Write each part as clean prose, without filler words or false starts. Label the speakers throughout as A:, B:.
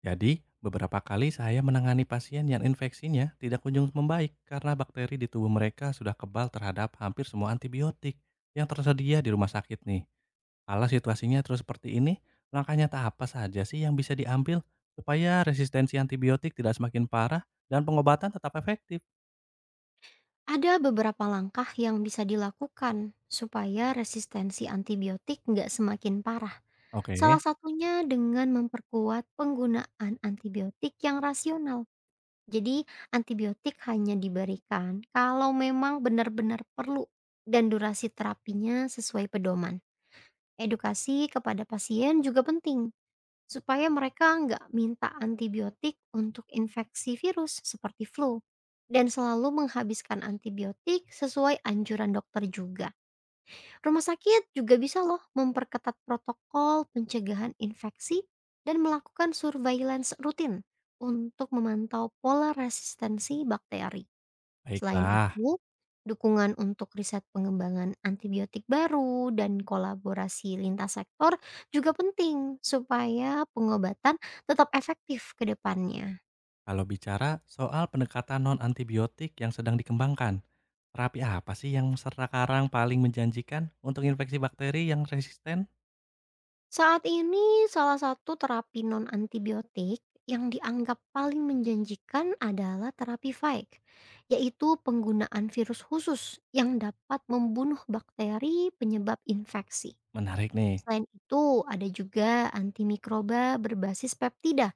A: Jadi, beberapa kali saya menangani pasien yang infeksinya tidak kunjung membaik karena bakteri di tubuh mereka sudah kebal terhadap hampir semua antibiotik yang tersedia di rumah sakit nih. Kalau situasinya terus seperti ini, langkah nyata apa saja sih yang bisa diambil supaya resistensi antibiotik tidak semakin parah dan pengobatan tetap efektif?
B: Ada beberapa langkah yang bisa dilakukan supaya resistensi antibiotik nggak semakin parah.
A: Oke,
B: Salah satunya dengan memperkuat penggunaan antibiotik yang rasional. Jadi antibiotik hanya diberikan kalau memang benar-benar perlu dan durasi terapinya sesuai pedoman. Edukasi kepada pasien juga penting supaya mereka nggak minta antibiotik untuk infeksi virus seperti flu dan selalu menghabiskan antibiotik sesuai anjuran dokter juga. Rumah sakit juga bisa loh memperketat protokol pencegahan infeksi dan melakukan surveillance rutin untuk memantau pola resistensi bakteri. Selain
A: baiklah.
B: itu, dukungan untuk riset pengembangan antibiotik baru dan kolaborasi lintas sektor juga penting supaya pengobatan tetap efektif ke depannya.
A: Kalau bicara soal pendekatan non-antibiotik yang sedang dikembangkan, terapi apa sih yang sekarang paling menjanjikan untuk infeksi bakteri yang resisten?
B: Saat ini, salah satu terapi non-antibiotik yang dianggap paling menjanjikan adalah terapi Vike, yaitu penggunaan virus khusus yang dapat membunuh bakteri penyebab infeksi.
A: Menarik nih,
B: Selain itu, ada juga antimikroba berbasis peptida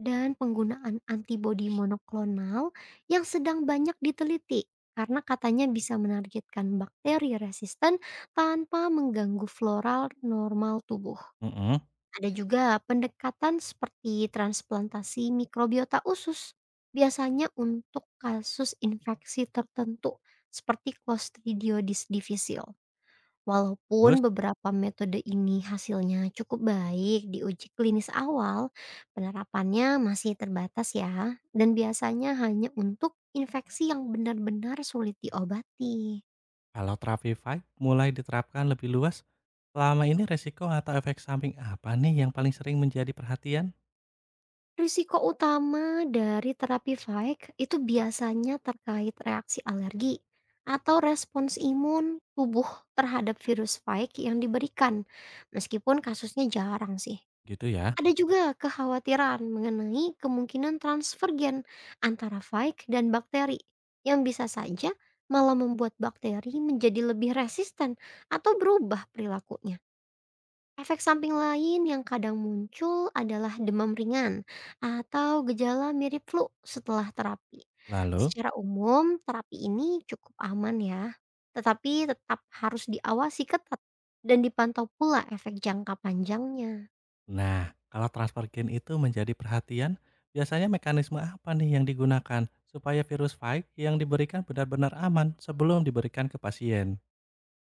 B: dan penggunaan antibodi monoklonal yang sedang banyak diteliti karena katanya bisa menargetkan bakteri resisten tanpa mengganggu floral normal tubuh.
A: mhm,
B: Ada juga pendekatan seperti transplantasi mikrobiota usus, biasanya untuk kasus infeksi tertentu seperti Clostridiodis difficile. Walaupun
A: terus
B: beberapa metode ini hasilnya cukup baik di uji klinis awal, penerapannya masih terbatas ya, dan biasanya hanya untuk infeksi yang benar-benar sulit diobati.
A: kalau Traffified mulai diterapkan lebih luas, selama ini resiko atau efek samping apa nih yang paling sering menjadi perhatian?
B: Risiko utama dari terapi fake itu biasanya terkait reaksi alergi atau respons imun tubuh terhadap virus fake yang diberikan, meskipun kasusnya jarang sih.
A: Gitu ya.
B: Ada juga kekhawatiran mengenai kemungkinan transfer gen antara Vaik dan bakteri, yang bisa saja malah membuat bakteri menjadi lebih resisten atau berubah perilakunya. Efek samping lain yang kadang muncul adalah demam ringan atau gejala mirip flu setelah terapi.
A: Lalu?
B: Secara umum, terapi ini cukup aman ya, tetapi tetap harus diawasi ketat dan dipantau pula efek jangka panjangnya.
A: Nah, kalau transfer gen itu menjadi perhatian, biasanya mekanisme apa nih yang digunakan supaya virus Phage yang diberikan benar-benar aman sebelum diberikan ke pasien?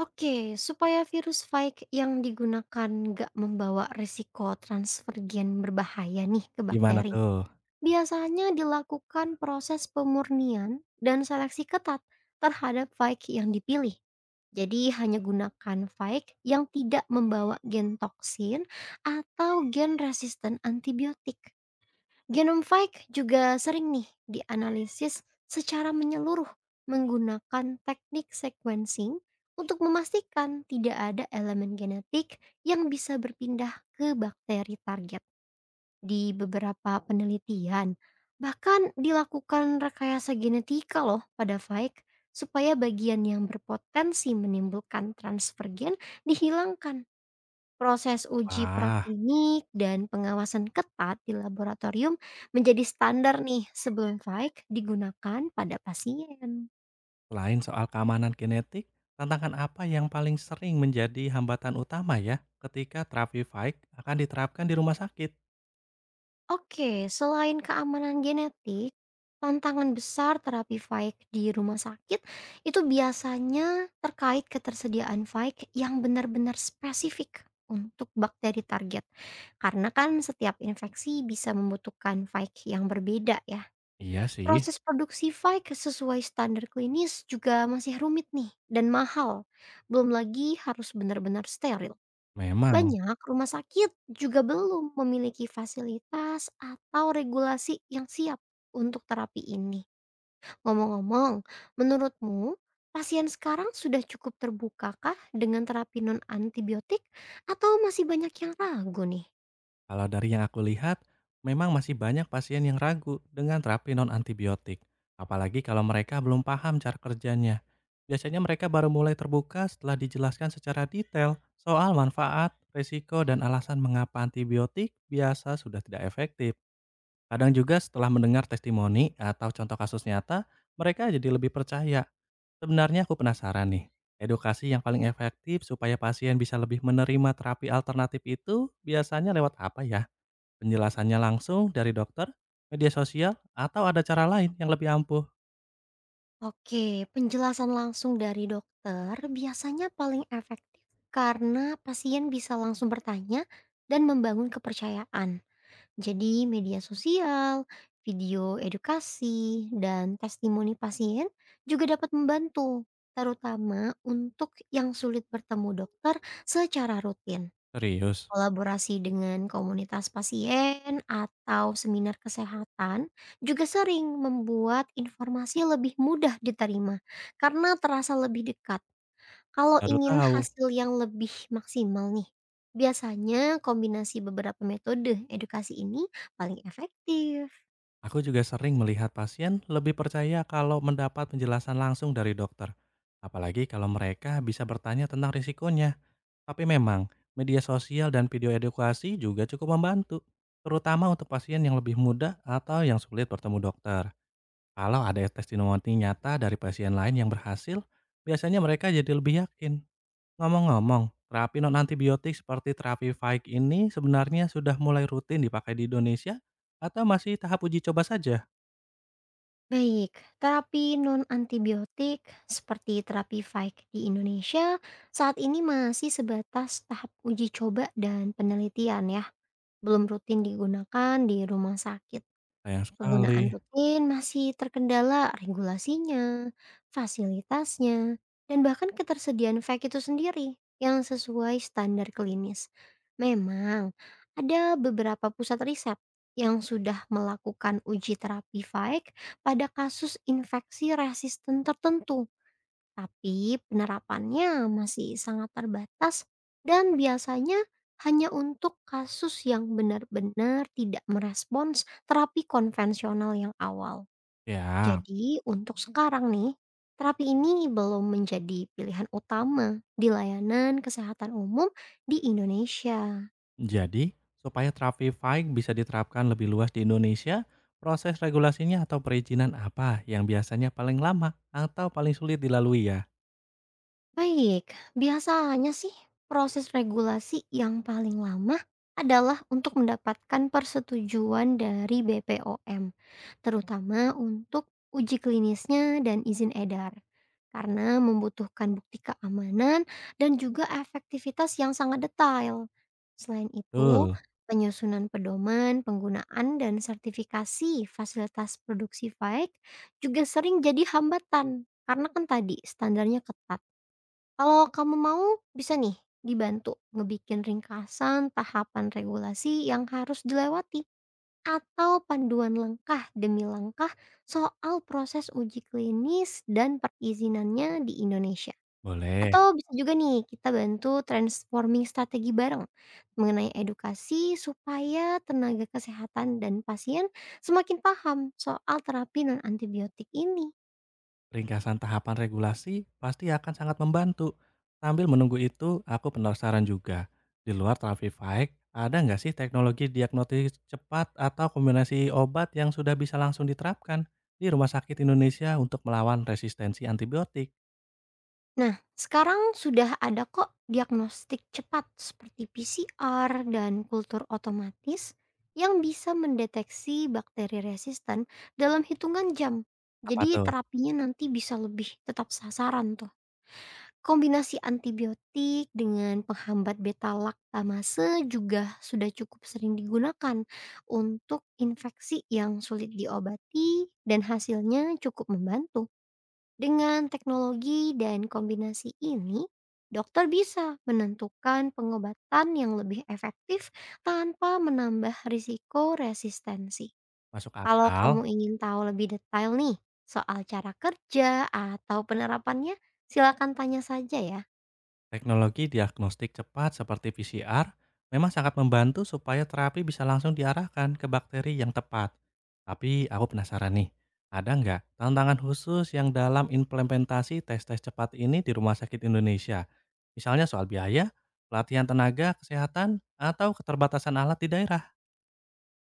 B: Oke, supaya virus Spike yang digunakan nggak membawa risiko transfer gen berbahaya nih ke
A: Gimana
B: bakteri,
A: tuh?
B: biasanya dilakukan proses pemurnian dan seleksi ketat terhadap Spike yang dipilih. Jadi hanya gunakan Spike yang tidak membawa gen toksin atau gen resisten antibiotik. Genom Genomfike juga sering nih dianalisis secara menyeluruh menggunakan teknik sequencing untuk memastikan tidak ada elemen genetik yang bisa berpindah ke bakteri target. Di beberapa penelitian, bahkan dilakukan rekayasa genetika loh pada Fike supaya bagian yang berpotensi menimbulkan transfer gen dihilangkan. Proses uji
A: Wah.
B: praklinik dan pengawasan ketat di laboratorium menjadi standar nih sebelum Vaik digunakan pada pasien.
A: Selain soal keamanan kinetik, tantangan apa yang paling sering menjadi hambatan utama ya ketika terapi Fike akan diterapkan di rumah sakit?
B: Oke, selain keamanan genetik, tantangan besar terapi Vaik di rumah sakit itu biasanya terkait ketersediaan Vaik yang benar-benar spesifik untuk bakteri target. Karena kan setiap infeksi bisa membutuhkan Vaik yang berbeda ya.
A: Iya sih,
B: Proses produksi Fike sesuai standar klinis juga masih rumit nih dan mahal. Belum lagi harus benar-benar steril.
A: memang.
B: Banyak rumah sakit juga belum memiliki fasilitas atau regulasi yang siap untuk terapi ini. Ngomong-ngomong, menurutmu pasien sekarang sudah cukup terbukakah dengan terapi non antibiotik atau masih banyak yang ragu nih?
A: Kalau dari yang aku lihat, memang masih banyak pasien yang ragu dengan terapi non-antibiotik. Apalagi kalau mereka belum paham cara kerjanya. Biasanya mereka baru mulai terbuka setelah dijelaskan secara detail soal manfaat, risiko, dan alasan mengapa antibiotik biasa sudah tidak efektif. Kadang juga setelah mendengar testimoni atau contoh kasus nyata, mereka jadi lebih percaya. Sebenarnya aku penasaran nih, edukasi yang paling efektif supaya pasien bisa lebih menerima terapi alternatif itu biasanya lewat apa ya? Penjelasannya langsung dari dokter, media sosial, atau ada cara lain yang lebih ampuh?
B: Oke, penjelasan langsung dari dokter biasanya paling efektif karena pasien bisa langsung bertanya dan membangun kepercayaan. Jadi, media sosial, video edukasi, dan testimoni pasien juga dapat membantu, terutama untuk yang sulit bertemu dokter secara rutin.
A: Serius,
B: Kolaborasi dengan komunitas pasien atau seminar kesehatan juga sering membuat informasi lebih mudah diterima karena terasa lebih dekat. Kalau
A: baru
B: ingin
A: tahu.
B: hasil yang lebih maksimal nih, biasanya kombinasi beberapa metode edukasi ini paling efektif.
A: Aku juga sering melihat pasien lebih percaya kalau mendapat penjelasan langsung dari dokter. Apalagi kalau mereka bisa bertanya tentang risikonya. Tapi memang, media sosial dan video edukasi juga cukup membantu, terutama untuk pasien yang lebih muda atau yang sulit bertemu dokter. Kalau ada testimoni nyata dari pasien lain yang berhasil, biasanya mereka jadi lebih yakin. Ngomong-ngomong, terapi non-antibiotik seperti terapi Faik ini sebenarnya sudah mulai rutin dipakai di Indonesia atau masih tahap uji coba saja?
B: Baik, terapi non-antibiotik seperti terapi Fike di Indonesia saat ini masih sebatas tahap uji coba dan penelitian ya. Belum rutin digunakan di rumah sakit.
A: Sayang sekali.
B: Penggunaan rutin masih terkendala regulasinya, fasilitasnya, dan bahkan ketersediaan vac itu sendiri yang sesuai standar klinis. Memang ada beberapa pusat riset yang sudah melakukan uji terapi vac pada kasus infeksi resisten tertentu. Tapi penerapannya masih sangat terbatas dan biasanya hanya untuk kasus yang benar-benar tidak merespons terapi konvensional yang awal.
A: Ya,
B: Jadi untuk sekarang nih, terapi ini belum menjadi pilihan utama di layanan kesehatan umum di Indonesia.
A: jadi, supaya Traffic bisa diterapkan lebih luas di Indonesia, proses regulasinya atau perizinan apa yang biasanya paling lama atau paling sulit dilalui ya?
B: Baik, biasanya sih proses regulasi yang paling lama adalah untuk mendapatkan persetujuan dari BPOM, terutama untuk uji klinisnya dan izin edar. Karena membutuhkan bukti keamanan dan juga efektivitas yang sangat detail. Selain itu,
A: Betul,
B: penyusunan pedoman, penggunaan, dan sertifikasi fasilitas produksi baik juga sering jadi hambatan. Karena kan tadi standarnya ketat. Kalau kamu mau, bisa nih dibantu ngebikin ringkasan tahapan regulasi yang harus dilewati atau panduan langkah demi langkah soal proses uji klinis dan perizinannya di Indonesia.
A: boleh.
B: Atau bisa juga nih kita bantu transforming strategi bareng mengenai edukasi supaya tenaga kesehatan dan pasien semakin paham soal terapi non antibiotik ini.
A: Ringkasan tahapan regulasi pasti akan sangat membantu. Sambil menunggu itu, aku penasaran juga. Di luar Traffic ada nggak sih teknologi diagnosis cepat atau kombinasi obat yang sudah bisa langsung diterapkan di Rumah Sakit Indonesia untuk melawan resistensi antibiotik?
B: Nah, sekarang sudah ada kok diagnostik cepat seperti PCR dan kultur otomatis yang bisa mendeteksi bakteri resisten dalam hitungan jam.
A: Apa
B: Jadi
A: tuh?
B: terapinya nanti bisa lebih tetap sasaran tuh. Kombinasi antibiotik dengan penghambat beta laktamase juga sudah cukup sering digunakan untuk infeksi yang sulit diobati dan hasilnya cukup membantu. Dengan teknologi dan kombinasi ini, dokter bisa menentukan pengobatan yang lebih efektif tanpa menambah risiko resistensi.
A: Masuk
B: Kalau kamu
A: akal?
B: ingin tahu lebih detail nih soal cara kerja atau penerapannya, silakan tanya saja ya.
A: Teknologi diagnostik cepat seperti PCR memang sangat membantu supaya terapi bisa langsung diarahkan ke bakteri yang tepat. Tapi aku penasaran nih, ada nggak tantangan khusus yang dalam implementasi tes-tes cepat ini di rumah sakit Indonesia? Misalnya soal biaya, pelatihan tenaga, kesehatan, atau keterbatasan alat di daerah.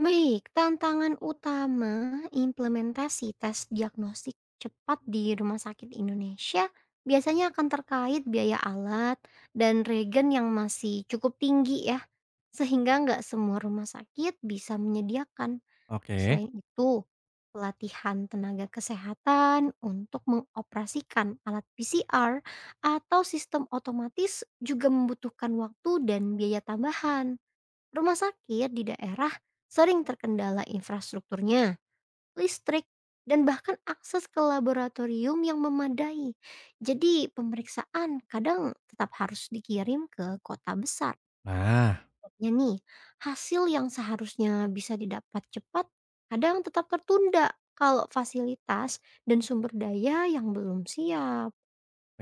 B: Baik, tantangan utama implementasi tes diagnostik cepat di Rumah Sakit Indonesia biasanya akan terkait biaya alat dan regen yang masih cukup tinggi ya, sehingga nggak semua rumah sakit bisa menyediakan.
A: Oke,
B: Selain itu, pelatihan tenaga kesehatan untuk mengoperasikan alat PCR atau sistem otomatis juga membutuhkan waktu dan biaya tambahan. Rumah sakit di daerah sering terkendala infrastrukturnya, listrik, dan bahkan akses ke laboratorium yang memadai. Jadi pemeriksaan kadang tetap harus dikirim ke kota besar.
A: nah
B: Ya nih, hasil yang seharusnya bisa didapat cepat kadang tetap tertunda kalau fasilitas dan sumber daya yang belum siap.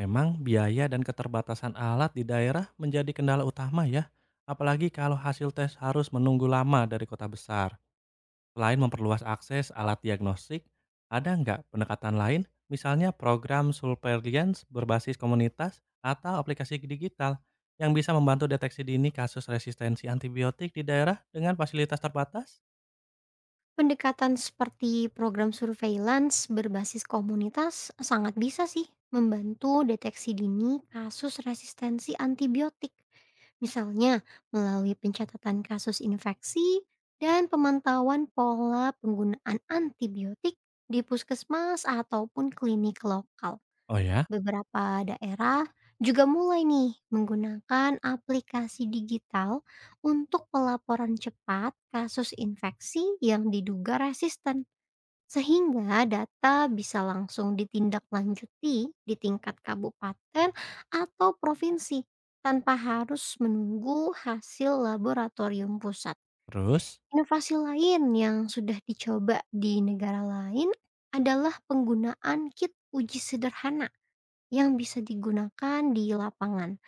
A: memang biaya dan keterbatasan alat di daerah menjadi kendala utama ya. Apalagi kalau hasil tes harus menunggu lama dari kota besar. Selain memperluas akses alat diagnostik, ada nggak pendekatan lain, misalnya program surveillance berbasis komunitas atau aplikasi digital yang bisa membantu deteksi dini kasus resistensi antibiotik di daerah dengan fasilitas terbatas?
B: Pendekatan seperti program surveillance berbasis komunitas sangat bisa sih membantu deteksi dini kasus resistensi antibiotik. Misalnya melalui pencatatan kasus infeksi dan pemantauan pola penggunaan antibiotik di puskesmas ataupun klinik lokal.
A: Oh ya,
B: Beberapa daerah juga mulai nih menggunakan aplikasi digital untuk pelaporan cepat kasus infeksi yang diduga resisten, sehingga data bisa langsung ditindaklanjuti di tingkat kabupaten atau provinsi tanpa harus menunggu hasil laboratorium pusat.
A: terus
B: Inovasi lain yang sudah dicoba di negara lain adalah penggunaan kit uji sederhana yang bisa digunakan di lapangan,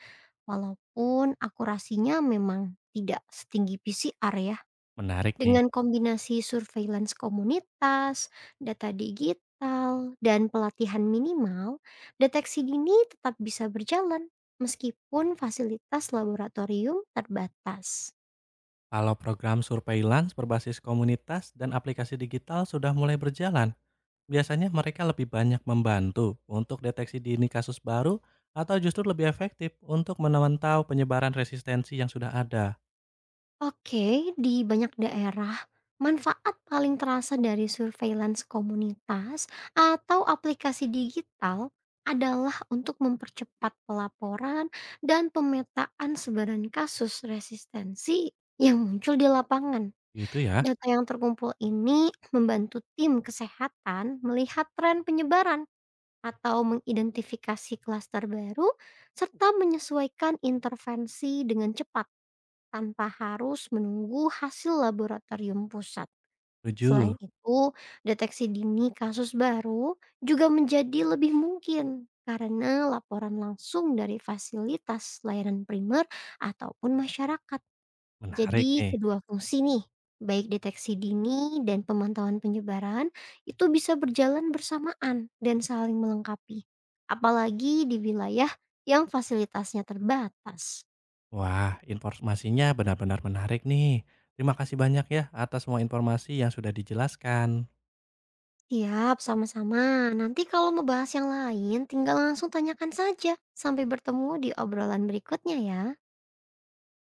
B: walaupun akurasinya memang tidak setinggi PCR ya.
A: menarik nih.
B: Dengan kombinasi surveillance komunitas, data digital, dan pelatihan minimal, deteksi dini tetap bisa berjalan meskipun fasilitas laboratorium terbatas.
A: Kalau program surveillance berbasis komunitas dan aplikasi digital sudah mulai berjalan, biasanya mereka lebih banyak membantu untuk deteksi dini kasus baru atau justru lebih efektif untuk menantau penyebaran resistensi yang sudah ada.
B: Oke, di banyak daerah, manfaat paling terasa dari surveillance komunitas atau aplikasi digital adalah untuk mempercepat pelaporan dan pemetaan sebaran kasus resistensi yang muncul di lapangan.
A: Gitu ya.
B: Data yang terkumpul ini membantu tim kesehatan melihat tren penyebaran atau mengidentifikasi klaster baru serta menyesuaikan intervensi dengan cepat tanpa harus menunggu hasil laboratorium pusat. Selain
A: Setuju.
B: itu, deteksi dini kasus baru juga menjadi lebih mungkin karena laporan langsung dari fasilitas layanan primer ataupun masyarakat.
A: Menarik
B: Jadi,
A: nih.
B: kedua fungsi nih, baik deteksi dini dan pemantauan penyebaran, itu bisa berjalan bersamaan dan saling melengkapi. Apalagi di wilayah yang fasilitasnya terbatas.
A: Wah, informasinya benar-benar menarik nih. Terima kasih banyak ya atas semua informasi yang sudah dijelaskan.
B: Siap, sama-sama. Nanti kalau mau bahas yang lain, tinggal langsung tanyakan saja. Sampai bertemu di obrolan berikutnya ya.